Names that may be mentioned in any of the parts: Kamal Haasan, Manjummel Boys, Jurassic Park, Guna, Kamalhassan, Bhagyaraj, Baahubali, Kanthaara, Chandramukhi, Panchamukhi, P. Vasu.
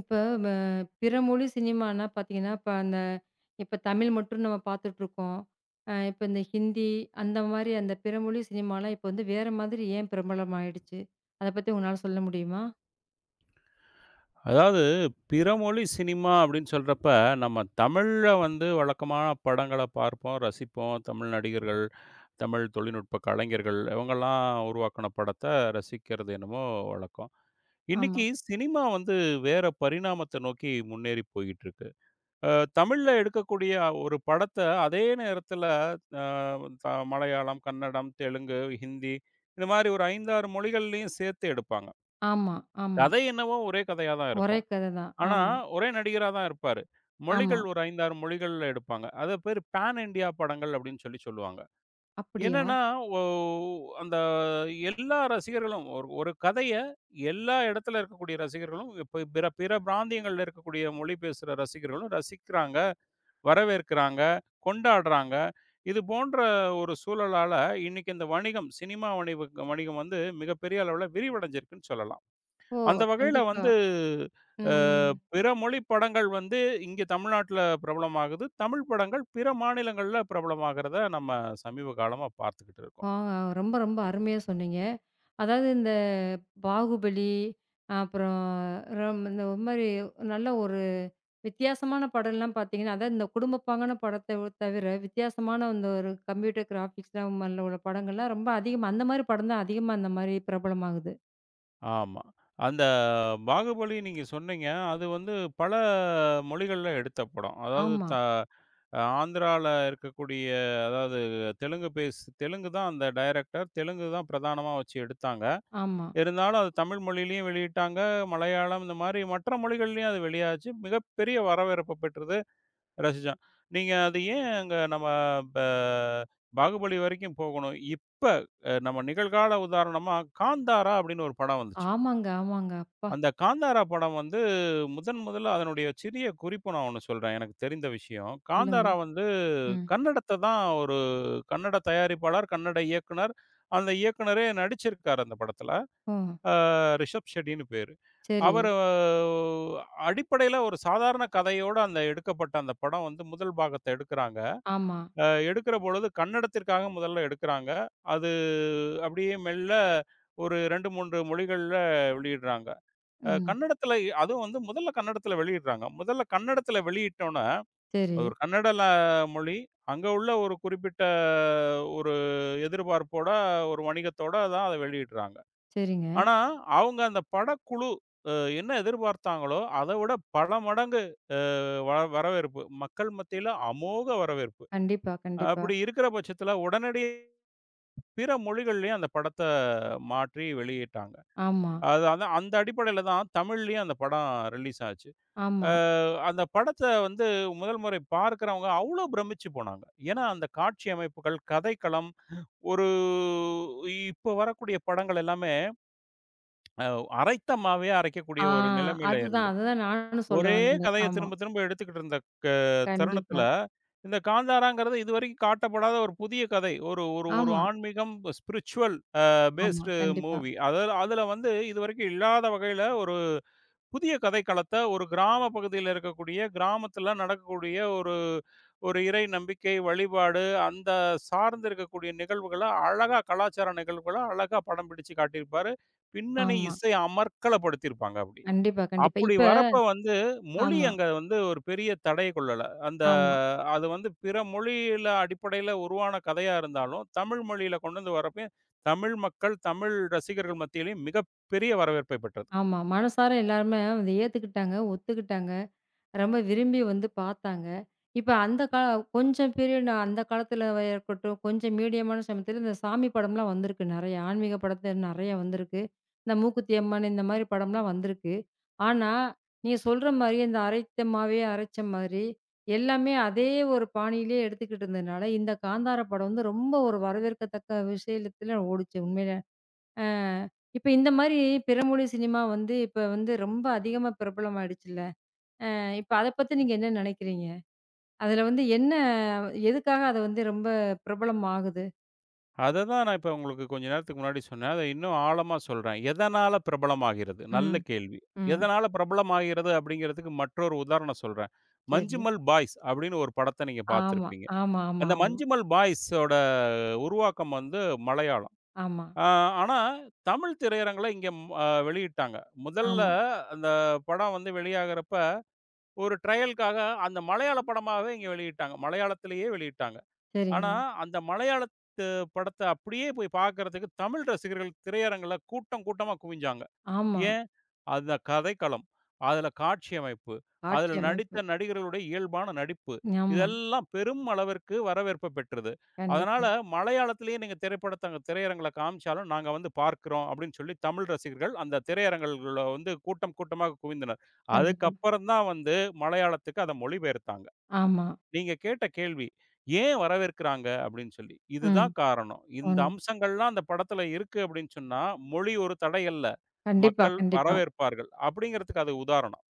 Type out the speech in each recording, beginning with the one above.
இப்ப வ பிற மொழி சினிமான்னா பார்த்தீங்கன்னா, இப்ப அந்த இப்ப தமிழ் மட்டும் நம்ம பார்த்துட்ருக்கோம். இப்ப இந்த ஹிந்தி அந்த மாரி அந்த பிற மொழி சினிமாலாம் இப்ப வந்து வேற மாதிரி ஏன் பிரபலமாயிடுச்சு? அத பத்தி உங்களால சொல்ல முடியுமா? அதாவது பிற மொழி சினிமா அப்படின்னு சொல்றப்ப, நம்ம தமிழ்ல வந்து வழக்கமான படங்கள பார்ப்போம், ரசிப்போம். தமிழ் நடிகர்கள், தமிழ் தொழில்நுட்ப கலைஞர்கள் இவங்கலாம் உருவாக்குன படத்த ரசிக்கிறது என்னமோ வழக்கம். ஆமா. இன்னைக்கு சினிமா வந்து வேற பரிணாமத்த நோக்கி முன்னேறி போயிட்டு இருக்கு. அ தமிழ்ல எடுக்கக்கூடிய ஒரு படத்த அதே நேரத்துல அ த மலையாளம், கன்னடம், தெலுங்கு, ஹிந்தி இந்த மாரி ஒரு 5, 6 மொழிகள்லயும் சேர்த்து எடுப்பாங்க. ஆமா, ஆமா. கதை என்னவோ ஒரே கதையா தான் ஒரே இருக்கும். கத தான். ஆனா, ஆமா, ஒரே நடிகரா தான் இருப்பாரு. ஆமா. மொழிகள் ஒரு 5, 6 மொழிகள்ல எடுப்பாங்க. அது பேரு பான் இண்டியா படங்கள் அப்படின்னு சொல்லி சொல்லுவாங்க. அப்படியா? என்னன்னா, ஒ அந்த எல்லா ரசிகர்களும் ஒரு ஒரு கதைய எல்லா இடத்துல இருக்கக்கூடிய ரசிகர்களும், இப்ப பிற பிற பிராந்தியங்கள்ல இருக்கக்கூடிய மொழி பேசுற ரசிகர்களும் ரசிக்கிறாங்க, வரவேற்கிறாங்க, கொண்டாடுறாங்க. இது போன்ற ஒரு சூழலால, இன்னைக்கு இந்த வணிகம், சினிமா வணிகம் வந்து மிகப்பெரிய அளவுல விரிவடைஞ்சிருக்குன்னு சொல்லலாம். ஓ! அந்த வகையில கண்டிப்பா. வந்து அ ம். பிற மொழி படங்கள் வந்து இங்க தமிழ்நாட்டுல பிரபலமாகுது. தமிழ் படங்கள் பிற மாநிலங்கள்ல பிரபலமாகிறத நம்ம சமீப காலமா பார்த்துக்கிட்டு ஆ இருக்கோம். ரொம்ப, ரொம்ப அருமையா சொன்னீங்க. அதாவது இந்த பாகுபலி, அப்புறம் இந்த ஒரு மாரி நல்ல ஒரு வித்தியாசமான படம்லாம் பார்த்தீங்கன்னா, அதான் இந்த குடும்பப்பாங்கான படத்த தவிர, வித்தியாசமான அந்த ஒரு கம்ப்யூட்டர் கிராபிக்ஸ்லாம் மேல உள்ள படங்கள்லாம் ரொம்ப அதிகமா அந்த மாரி படம் தான் அதிகமா இந்த மாரி பிரபலமாகுது. ஆமா. அந்த பாகுபலி நீங்க சொன்னீங்க. அது வந்து பல மொழிகள்ல எடுத்த படம். அதாவது ஆமா, ஆந்திரால இருக்கக்கூடிய அதாவது தெலுங்கு தான் அந்த டைரக்டர். தெலுங்கு தான் பிரதானமா வச்சு எடுத்தாங்க. ஆமா. இருந்தாலும் அது தமிழ் மொழியிலயும் வெளியிட்டாங்க. மலையாளம் இந்த மாரி மற்ற மொழிகள்லயும் அது வெளியாச்சு. மிகப்பெரிய வரவேற்ப பெற்றது, ரசிச்சோம். நீங்க அது ஏன் அங்க நம்ம ப பாகுபலி வரைக்கும் போகணும். இப்ப நம்ம நிகழ்கால உதாரணமா காந்தாரா அப்படின்னு ஒரு படம் வந்துச்சு. ஆமாங்க, ஆமாங்க. அப்பா! அந்த காந்தாரா படம் வந்து முதன் முதல்ல அதனுடைய சிறிய குறிப்பு நான் ஒண்ணு சொல்றேன். எனக்கு தெரிந்த விஷயம். சொல்லுங்க. காந்தாரா வந்து ம். கன்னடத்த தான் ஒரு கன்னட தயாரிப்பாளர், கன்னட இயக்குனர். அந்த இயக்குனரே நடிச்சிருக்காரு அந்த படத்துல. ஓ! ஆ ரிஷப் ஷெட்டின்னு பேரு. சரி. அவரு அடிப்படையில ஒரு சாதாரண கதையோட அந்த எடுக்கப்பட்ட அந்த படம் வந்து முதல் பாகத்த எடுக்குறாங்க. ஆமா. அ எடுக்கிற பொழுது கன்னடத்திற்காக முதல்ல எடுக்குறாங்க. அது அப்படியே மெல்ல ஒரு 2, 3 மொழிகள்ல வெளியிடுறாங்க. அ ம். கன்னடத்தில அதுவும் வந்து முதல்ல கன்னடத்தில வெளியிடுறாங்க. முதல்ல கன்னடத்தில வெளியிட்டோன, சரி, அது ஒரு கன்னட ல மொழி. அங்க உள்ள ஒரு குறிப்பிட்ட ஒரு எதிர்பார்ப்போட, ஒரு வணிகத்தோட தான் அத வெளியிடுறாங்க. சரிங்க. ஆனா, அவங்க அந்த படக்குழு அ என்ன எதிர்பார்த்தாங்களோ, அத விட பல மடங்கு வரவேற்பு. மக்கள் மத்தியில அமோக வரவேற்பு. கண்டிப்பா, கண்டிப்பா. அப்படி இருக்கிற பட்சத்தில, உடனடியே பிற மொழிகள்லயும் அந்த படத்த மாற்றி வெளியிட்டாங்க. ஆமா, அது அந்த அந்த அடிப்படையில தான் தமிழ்லயும் அந்த படம் ரிலீஸ் ஆச்சு. அ ஆமா. அந்த படத்த வந்து முதல் முறை பார்க்கிறவங்க அவ்ளோ பிரமிச்சு போனாங்க. ஏன்னா, அந்த காட்சி அமைப்புகள், கதைக்களம், ஒரு இப்ப வரக்கூடிய படங்கள் எல்லாமே அ அரைத்தமாவே அரைக்கக்கூடிய ஆ ஒரு நிலைமையில அதுதான், இருந்தது. அதுதான் நானும் சொல்ல ஒரே வந்தேன். கதைய ஆமா. திரும்ப திரும்ப எடுத்துக்கிட்டு இருந்த க தருணத்தில, கண்டிப்பா. இந்த காந்தாராங்கிறது இதுவரைக்கும் காட்டப்படாத ஒரு புதிய கதை. ஒரு ஒரு ஒரு ஆமா, ஆன்மீகம் ஸ்பிரிச்சுவல் அ ஆமா. பேஸ்டு கண்டிப்பா. மூவி. அதாவது அதில வந்து இதுவரைக்கும் இல்லாத வகையில ஒரு புதிய கதைக்களத்த ஒரு கிராம பகுதியில இருக்கக்கூடிய, கிராமத்தில நடக்கக்கூடிய ஒரு ஒரு இறை நம்பிக்கை, வழிபாடு அந்த சார்ந்து இருக்கக்கூடிய நிகழ்வுகள அழகா கலாச்சார நிகழ்வுகள அழகா படம் பிடிச்சு காட்டியிருப்பாரு. பின்னணி ஆமா. இசை அமர்க்களப்படுத்தியிருப்பாங்க அப்படி. கண்டிப்பா, கண்டிப்பா. அப்படி இப்ப வரப்ப வந்து, மொழி ஆமா, அங்க வந்து ஒரு பெரிய தடைய கொள்ளல. ஆமா. அது வந்து பிற மொழியில அடிப்படையில உருவான கதையா இருந்தாலும், தமிழ் மொழியில கொண்டு வந்து வரப்பயும், தமிழ் மக்கள், தமிழ் ரசிகர்கள் மத்தியிலயும் மிகப்பெரிய வரவேற்பை பெற்றது. ஆமா. மனசார எல்லாருமே வந்து ஏத்துக்கிட்டாங்க, ஒத்துக்கிட்டாங்க. ரொம்ப விரும்பி வந்து பார்த்தாங்க. இப்ப அந்த கா கொஞ்சம் பீரியட் அந்த காலத்துல இருக்கட்டும், கொஞ்சம் மீடியமான சமயத்துல இந்த சாமி படம்லாம் வந்திருக்கு நெறைய. ஆன்மீக படத்த நெறைய வந்திருக்கு. இந்த மூக்குத்தி அம்மன் இந்த மாரி படம்லாம் வந்திருக்கு. ஆனா, நீங்க சொல்ற மாரி இந்த அரைத்த மாவே அரைச்ச மாதிரி, எல்லாமே அதே ஒரு பாணியிலேயே எடுத்துக்கிட்டு இருந்ததுனால, இந்த காந்தார படம் வந்து ரொம்ப ஒரு வரவேற்கத்தக்க விஷயத்துல ஓடுச்சு உண்மையிலே. அ இப்ப இந்த மாரி பிற மொழி சினிமா வந்து இப்ப வந்து ரொம்ப அதிகமா பிரபலமாயிடுச்சுல்ல. இப்ப அத பத்தி நீங்க என்ன நெனைக்கிறீங்க? அதுல வந்து என்ன எதுக்காக அது வந்து ரொம்ப பிரபலம் ஆகுது? அத தான் நான் இப்ப உங்களுக்கு கொஞ்ச நேரத்துக்கு முன்னாடி சொன்னேன். அத இன்னும் ஆழமா சொல்றேன். எதனால பிரபலமாகிறது? நல்ல ம், கேள்வி. ம். எதனால பிரபலமாகிறது அப்படிங்கிறதுக்கு மற்றொரு உதாரணம் சொல்றேன். சரி. மஞ்சுமல் பாய்ஸ் அப்படின்னு ஒரு படத்த நீங்க ஆமா, பார்த்திருப்பீங்க. ஆமா, ஆமா, அந்த ஆமா, மஞ்சுமல் பாய்ஸோட உருவாக்கம் வந்து மலையாளம். ஆமா, ஆ, ஆனா, தமிழ் திரையரங்குல இங்க ம் அ வெளியிட்டாங்க. முதல்ல ஆமா. அந்த படம் வந்து வெளியாகறப்ப, ஒரு ட்ரையலுக்காக அந்த மலையாள படமாவே இங்க வெளியிட்டாங்க. மலையாளத்திலேயே வெளியிட்டாங்க. சரிங்க. ஆனா, அந்த மலையாளத்து படத்த அப்படியே போய் பார்க்கறதுக்கு தமிழ் ரசிகர்கள் திரையரங்குல கூட்டம் கூட்டமா குவிஞ்சாங்க. ஆமா. ஏன்? அந்த கதைக்களம், அதுல காட்சி அமைப்பு, காட்சி அதுல அமைப்பு. நடித்த நடிகர்களுடைய இயல்பான நடிப்பு, ஆமா. இதெல்லாம் பெரும் அளவிற்கு வரவேற்பு பெற்றது. அதனால கண்டிப்பா, மலையாளத்திலேயே நீங்க திரைப்படத்த அங்க திரையரங்குல காமிச்சாலும் நாங்க வந்து பார்க்கிறோம் அப்படின்னு சொல்லி தமிழ் ரசிகர்கள் அந்த திரையரங்குகள்ல வந்து கூட்டம் கூட்டமாக குவிந்தனர். கண்டிப்பா. அதுக்கப்புறம் தான் வந்து மலையாளத்துக்கு அத மொழிபெயர்த்தாங்க. ஆமா. நீங்க கேட்ட கேள்வி, ஏன் வரவேற்கிறாங்க அப்படின்னு சொல்லி. ம். இதுதான் காரணம். இந்த உண்ம. அம்சங்கள்லாம் அந்த படத்துல இருக்கு அப்படின்னு சொன்னா, மொழி ஒரு தடை அல்ல. கண்டிப்பா, மக்கள் கண்டிப்பா. வரவேற்பார்கள். அப்படிங்கிறதுக்கு அது உதாரணம்.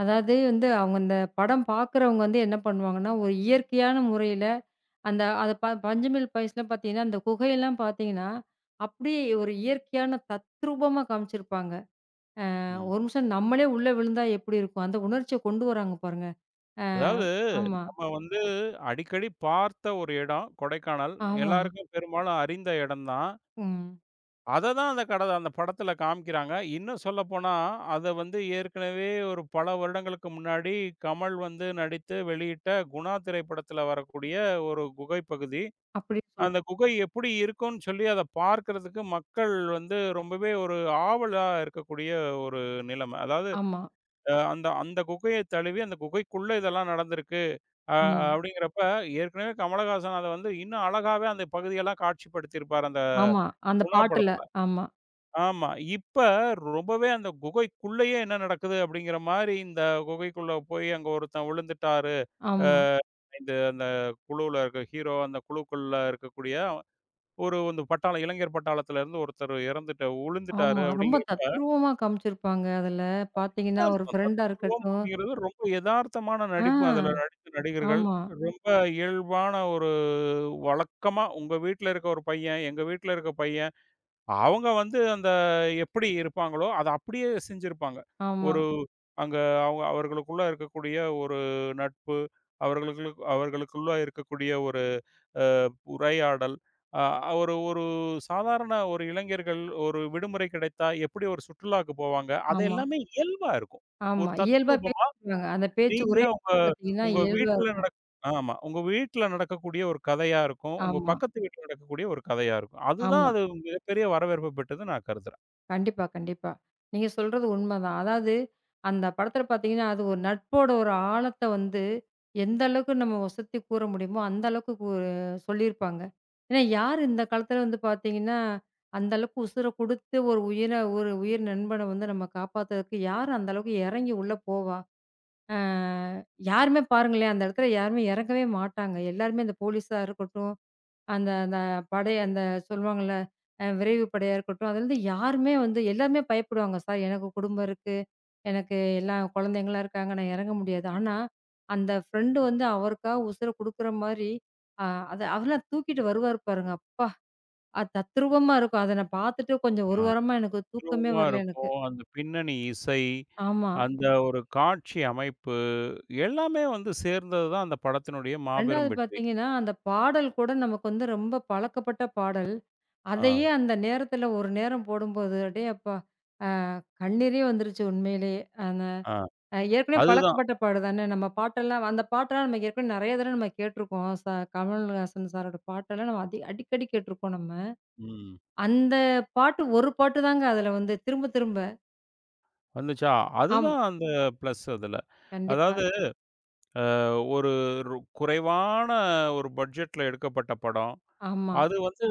அதாவது வந்து அவங்க அந்த படம் பார்க்குறவங்க வந்து என்ன பண்ணுவாங்கன்னா, ஒரு இயற்கையான முறையில அந்த அத ப பஞ்சமில் பாய்ஸ்ல பார்த்தீங்கன்னா, அந்த குகையெல்லாம் பார்த்தீங்கன்னா, அப்படியே ஒரு இயற்கையான தத்ரூபமா காமிச்சிருப்பாங்க. ம். ஒரு நிமிஷம் நம்மளே உள்ள விழுந்தா எப்படி இருக்கும்? அந்த உணர்ச்சிய கொண்டு வராங்க பாருங்க. அ அதாவது ஆமா, நம்ம வந்து அடிக்கடி பார்த்த ஒரு இடம் கொடைக்கானல். ஆமா. எல்லாருக்கும் பெரும்பாலும் அறிந்த இடம் தான். ம். அத தான் அந்த படத்துல காமிக்கிறாங்க. இன்னும் சொல்லப்போனா, அத வந்து ஏற்கனவே ஒரு பல வருடங்களுக்கு முன்னாடி கமல் வந்து நடித்து வெளியிட்ட குணா திரைப்படத்துல வரக்கூடிய ஒரு குகை பகுதி. அப்படின்னு அந்த குகை எப்படி இருக்கும்னு சொல்லி அத பார்க்கிறதுக்கு மக்கள் வந்து ரொம்பவே ஒரு ஆவலா இருக்கக்கூடிய ஒரு நிலைமை. அதாவது ஆமா, அ அந்த அந்த குகைய தழுவி அந்த குகைக்குள்ள இதெல்லாம் நடந்திருக்கு. அ ஆமா, அப்படிங்கிறப்ப ஏற்கனவே கமலஹாசன் அத வந்து இன்னும் அழகாவே அந்த பகுதியெல்லாம் காட்சிப்படுத்தியிருப்பார் அந்த ஆமா. அந்த குணா பாட்டுல. படத்துல. ஆமா, ஆமா. இப்ப ரொம்பவே அந்த குகைக்குள்ளயே என்ன நடக்குது அப்படிங்கிற மாரி இந்த குகைக்குள்ள போய் அங்க ஒருத்தன் விழுந்துட்டாரு. அ ஆமா, இந்த அந்த குழுவுல இருக்க ஹீரோ அந்த குழுக்குள்ள இருக்கக்கூடிய ஒரு இந்த பட்டாளம் இளைஞர் பட்டாளத்திலருந்து ஒருத்தர் இறந்துட்ட விழுந்துட்டாரு ஆமா. ரொம்ப அப்படிங்கிறப்ப, தத்ரூபமா காமிச்சிருப்பாங்க அதுல. பார்த்தீங்கன்னா, ஒரு எதார்த்தம். ஃப்ரெண்டா தத்ரூபம் இருக்கட்டும். அப்படிங்கிறது ரொம்ப எதார்த்தமான ஆ, நடிப்பு. அதுல நடித்த நடிகர்கள் ஆமா, ரொம்ப இயல்பான ஒரு வழக்கமா, உங்க வீட்ல இருக்க ஒரு பையன், எங்க வீட்ல இருக்க பையன் அவங்க வந்து அந்த எப்படி இருப்பாங்களோ, அத அப்படியே செஞ்சிருப்பாங்க. ஆமா. ஒரு ம். அங்க அவங்க அவர்களுக்குள்ள இருக்கக்கூடிய ஒரு நட்பு, அவர்களுக்குள்ள அவர்களுக்குள்ள இருக்கக்கூடிய ஒரு அ உரையாடல், அ ஒரு ஒரு சாதாரண ஒரு இளைஞர்கள் ஒரு விடுமுறை கிடைத்தா எப்படி ஒரு சுற்றுலாக்கு போவாங்க, அது ஆமா, எல்லாமே இயல்பா இருக்கும். ஒரு ஆமா. இயல்பா தத்ரூபமா பேசிக்குவாங்க. அந்த பேச்சு நீங்க ஒரே உங்க பார்த்தீங்கன்னா, உங்க இயல்பா வீட்ல இருக்கும். நடக் ஆமா. உங்க வீட்ல நடக்கக்கூடிய ஒரு கதையா இருக்கும். உங்க ஆமா, பக்கத்து வீட்ல நடக்கக்கூடிய ஒரு கதையா இருக்கும். அதுதான் ஆமா. அது மிகப்பெரிய வரவேற்பு பெற்றது நான் கருதுறேன். கண்டிப்பா, கண்டிப்பா. நீங்க சொல்றது உண்மதான். அதாவது அந்த படத்துல பார்த்தீங்கன்னா, அது ஒரு நட்போட ஒரு ஆழத்த வந்து எந்த அளவுக்கு நம்ம உசத்தி கூற முடியுமோ, அந்த அளவுக்கு சொல்லியிருப்பாங்க. ஏன்னா, யார் இந்த காலத்துல வந்து பார்த்தீங்கன்னா, அந்த அளவுக்கு உசுர குடுத்து ஒரு உயிர ஒரு உயிர் நண்பன வந்து நம்ம காப்பாத்துறதுக்கு யார் அந்த அளவுக்கு எறங்கி உள்ள போவா? அ யாருமே பாருங்களேன், அந்த இடத்துல யாருமே இறங்கவே மாட்டாங்க. எல்லாருமே அந்த போலீஸா இருக்கட்டும், அந்த அந்த படை அந்த சொல்லுவாங்கல்ல, விரைவு படையா இருக்கட்டும், அதுலருந்து யாருமே வந்து எல்லாருமே பயப்படுவாங்க. "சார் எனக்கு குடும்பம் இருக்கு, எனக்கு எல்லா குழந்தைங்கலாம் இருக்காங்க, நான் இறங்க முடியாது." ஆனா, அந்த ஃப்ரெண்டு வந்து அவருக்காக உசுர குடுக்குற மாரி, அ அத அவர்லாம் தூக்கிட்டு வருவாரு பாருங்க, அப்பா! அது தத்ரூவமா இருக்கும். அத நான் பார்த்துட்டு கொஞ்சம் ஒரு ஆ. வாரமா எனக்கு தூக்கமே தத்ரூவமா வரல எனக்கு. இருக்கும். அந்த பின்னணி இசை, ஆமா. அந்த ஒரு காட்சி அமைப்பு, எல்லாமே வந்து சேர்ந்தது தான் அந்த படத்தினுடைய 2வது மாபெரும் வெற்றி. பார்த்தீங்கன்னா, அந்த பாடல் கூட நமக்கு வந்து ரொம்ப பழக்கப்பட்ட பாடல். ஆ, அதையே அந்த நேரத்தில ஒரு நேரம் போடும்போது, அடே அப்பா! கண்ணீரே வந்துருச்சு உண்மையிலேயே. அந்த ஆ. ஏற்கனவே அதுதான். பழக்கப்பட்ட பாடு தானே. நம்ம பாட்டெல்லாம் அந்த பாட்டெல்லாம் நம்ம ஏற்கனவே நெறைய தடவ நம்ம கேட்டுருக்கோம். கமல்ஹாசன் சாரோட பாட்டெல்லாம் நம்ம அடிக்கடி கேட்டுருக்கோம் நம்ம. ம். அந்த பாட்டு ஒரு பாட்டு தாங்க அதில வந்து திரும்ப திரும்ப. வந்துச்சா? ஆமா. அதுதான் அந்த பிளஸ் அதுல. கண்டிப்பா. அதாவது ஒரு ரு குறைவான ஒரு பட்ஜெட்ல எடுக்கப்பட்ட படம். ஆமா, அது வந்து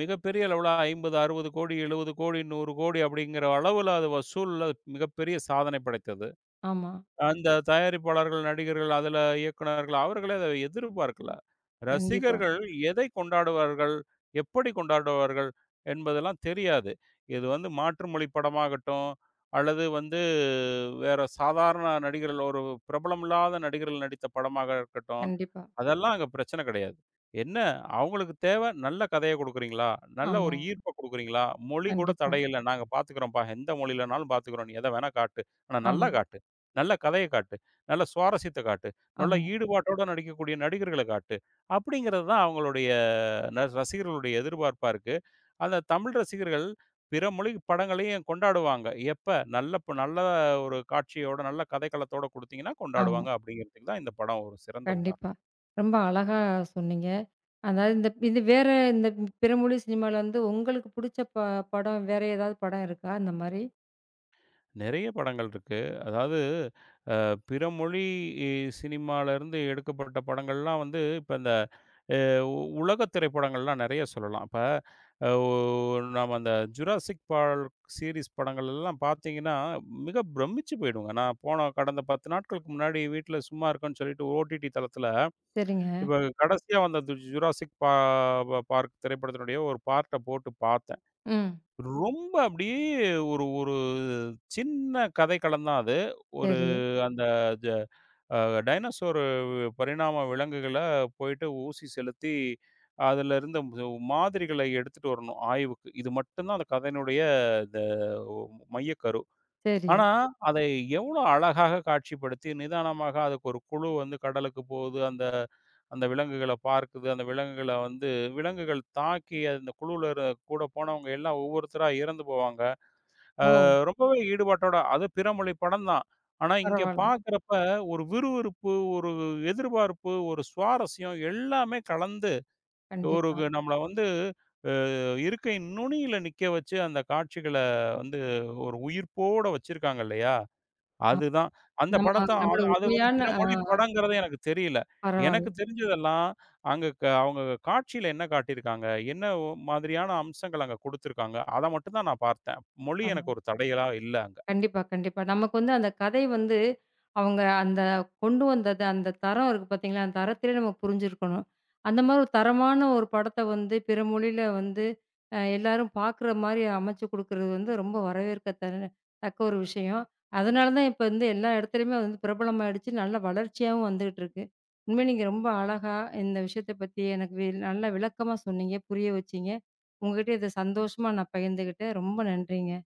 மிகப்பெரிய அளவுல 50, 60 கோடி, 70 கோடி, 100 கோடி அப்படிங்கிற அளவுல அது வசூல்ல மிகப்பெரிய சாதனை படைத்தது. ஆமா. அந்த தயாரிப்பாளர்கள், நடிகர்கள், அதுல இயக்குனர்கள் அவர்களே அத எதிர்பார்க்கல. கண்டிப்பா, ரசிகர்கள் எதை கொண்டாடுவார்கள்? எப்படி கொண்டாடுவார்கள்? என்பதெல்லாம் தெரியாது. இது வந்து மாற்று மொழி படமாகட்டும், அல்லது வந்து வேற சாதாரண நடிகர்கள் ஒரு பிரபலமில்லாத நடிகர்கள் நடித்த படமாக இருக்கட்டும். கண்டிப்பா. அதெல்லாம் அங்க பிரச்சனை கிடையாது. என்ன அவங்களுக்கு தேவை நல்ல கதைய குடுக்குறீங்களா? நல்ல ஆமா. ஒரு ஈர்ப்ப குடுக்குறீங்களா? மொழி கூட கண்டிப்பா. தடை இல்ல. நாங்க பார்த்துக்கிறோம்ப்பா. எந்த மொழியிலனாலும் பார்த்துக்கிறோம். நீ எத வேணா காட்டு. ஆனா ஆமா, நல்லா காட்டு. நல்ல கதைய காட்டு. நல்ல சுவாரஸ்யத்த காட்டு. நல்ல ஆமா, ஈடுபாட்டோட நடிக்கக்கூடிய நடிகர்கள காட்டு. அப்படிங்கிறது தான் அவங்களுடைய ரசிகர்களுடைய எதிர்பார்ப்பா இருக்கு. அந்த தமிழ் ரசிகர்கள் பிற மொழி படங்களையும் கொண்டாடுவாங்க. எப்ப நல்ல ஒரு காட்சியோட, நல்ல கதைக்களத்தோட குடுத்தீங்கன்னா ஆமா. கொண்டாடுவாங்க அப்படிங்கிறதுக்கு தான் இந்த படம் ஒரு சிறந்த கண்டிப்பா. உதாரணம். ரொம்ப அழகா சொன்னீங்க. அதாவது இந்த இது வேற இந்த பிறமொழி சினிமால வந்து உங்களுக்கு புடிச்ச படம் வேற ஏதாவது படம் இருக்கா? இந்த மாரி? நிறைய படங்கள் இருக்கு. அதாவது பிற மொழி இ சினிமாலருந்து எடுக்கப்பட்ட படங்கள்லாம் வந்து, இப்ப இந்த உ உலக திரைப்படங்கள்லாம் நெறைய சொல்லலாம். இப்ப அ ஒ நம்ம அந்த ஜுராசிக் பார்க் சீரிஸ் படங்கள்லாம் பார்த்தீங்கன்னா, மிக பிரமிச்சு போயிடுவோங்க. நான் போன கடந்த 10 நாட்களுக்கு முன்னாடி வீட்ல சும்மா இருக்கேன்னு சொல்லிட்டு ஓடிடி தளத்தில, சரிங்க. இப்ப கடைசியா வந்த து ஜுராசிக் பா பார்க் திரைப்படத்தினுடைய ஒரு பார்ட்ட போட்டு பாத்தேன். ம். ரொம்ப அப்படியே ஒரு ஒரு சின்ன கதைக்களம் தான் அது. ஒரு சரி, ம். அந்த ஜ அ டைனோசர் பரிணாம விலங்குகள போயிட்டு ஊசி செலுத்தி, அதுல இருந்த மாதிரிகள எடுத்துட்டு வரணும் ஆய்வுக்கு. இது மட்டும் தான் அந்த கதையினுடைய இந்த மையக்கரு. சரி. ஆனா, அதை எவ்வளோ அழகாக காட்சிப்படுத்தி, நிதானமாக அதுக்கு ஒரு குழு வந்து கடலுக்கு போகுது. அந்த அந்த விலங்குகள பார்க்குது. அந்த விலங்குகள வந்து விலங்குகள் தாக்கி அந்த குழுவுல கூட போனவங்க எல்லாம் ஒவ்வொருத்தரா இறந்து போவாங்க. ஓ! ரொம்பவே ஈடுபாட்டோட அது பிற மொழி படம் தான். ஆனா, இங்க பரவால்ல. பார்க்குறப்ப ஒரு விறுவிறுப்பு, ஒரு எதிர்பார்ப்பு, ஒரு சுவாரஸ்யம் எல்லாமே கலந்து ஒரு கண்டிப்பா. கு நம்மள வந்து அ இருக்கை நுனியில நிக்க வச்சு அந்த காட்சிகள வந்து ஒரு உயிர்ப்போட வச்சிருக்காங்க இல்லையா? அ அதுதான். அந்த நம்ம படத்த நம்மளோட அது அது வந்து உண்மையான பிற ஆ மொழி படங்கிறது எனக்கு தெரியல. எனக்கு பரவால்ல. தெரிஞ்சதெல்லாம் அங்க க அவங்க காட்சியில என்ன காட்டியிருக்காங்க? என்ன மாதிரியான அம்சங்கள் அங்க குடுத்துருக்காங்க? அத மட்டும் தான் நான் பார்த்தேன். மொழி எனக்கு பரவால்ல. ஒரு தடைகளா இல்ல அங்க. கண்டிப்பா, கண்டிப்பா. நமக்கு வந்து அந்த கதை வந்து அவங்க அந்த கொண்டு வந்தது, அந்த தரம் இருக்கு பார்த்தீங்களா? அந்த தரத்திலே நம்ம புரிஞ்சிருக்கணும். அந்த மாரி ஒரு தரமான ஒரு படத்த வந்து பிற மொழியில வந்து எல்லாரும் பார்க்குற மாரி அமைச்சு குடுக்குறது வந்து ரொம்ப தக்க ஒரு விஷயம். அதனால தான் இப்ப வந்து எல்லா இடத்துலயுமே வந்து பிரபலமாயிடுச்சு. நல்ல வளர்ச்சியாவும் வந்துட்டு இருக்கு. உண்மையிலே நீங்க ரொம்ப அழகா இந்த விஷயத்த பத்தி எனக்கு நல்லா விளக்கமா சொன்னீங்க. புரிய வச்சீங்க. உங்ககிட்ட இத சந்தோஷமா நான் பகிர்ந்துக்கிட்டேன். ரொம்ப நன்றிங்க.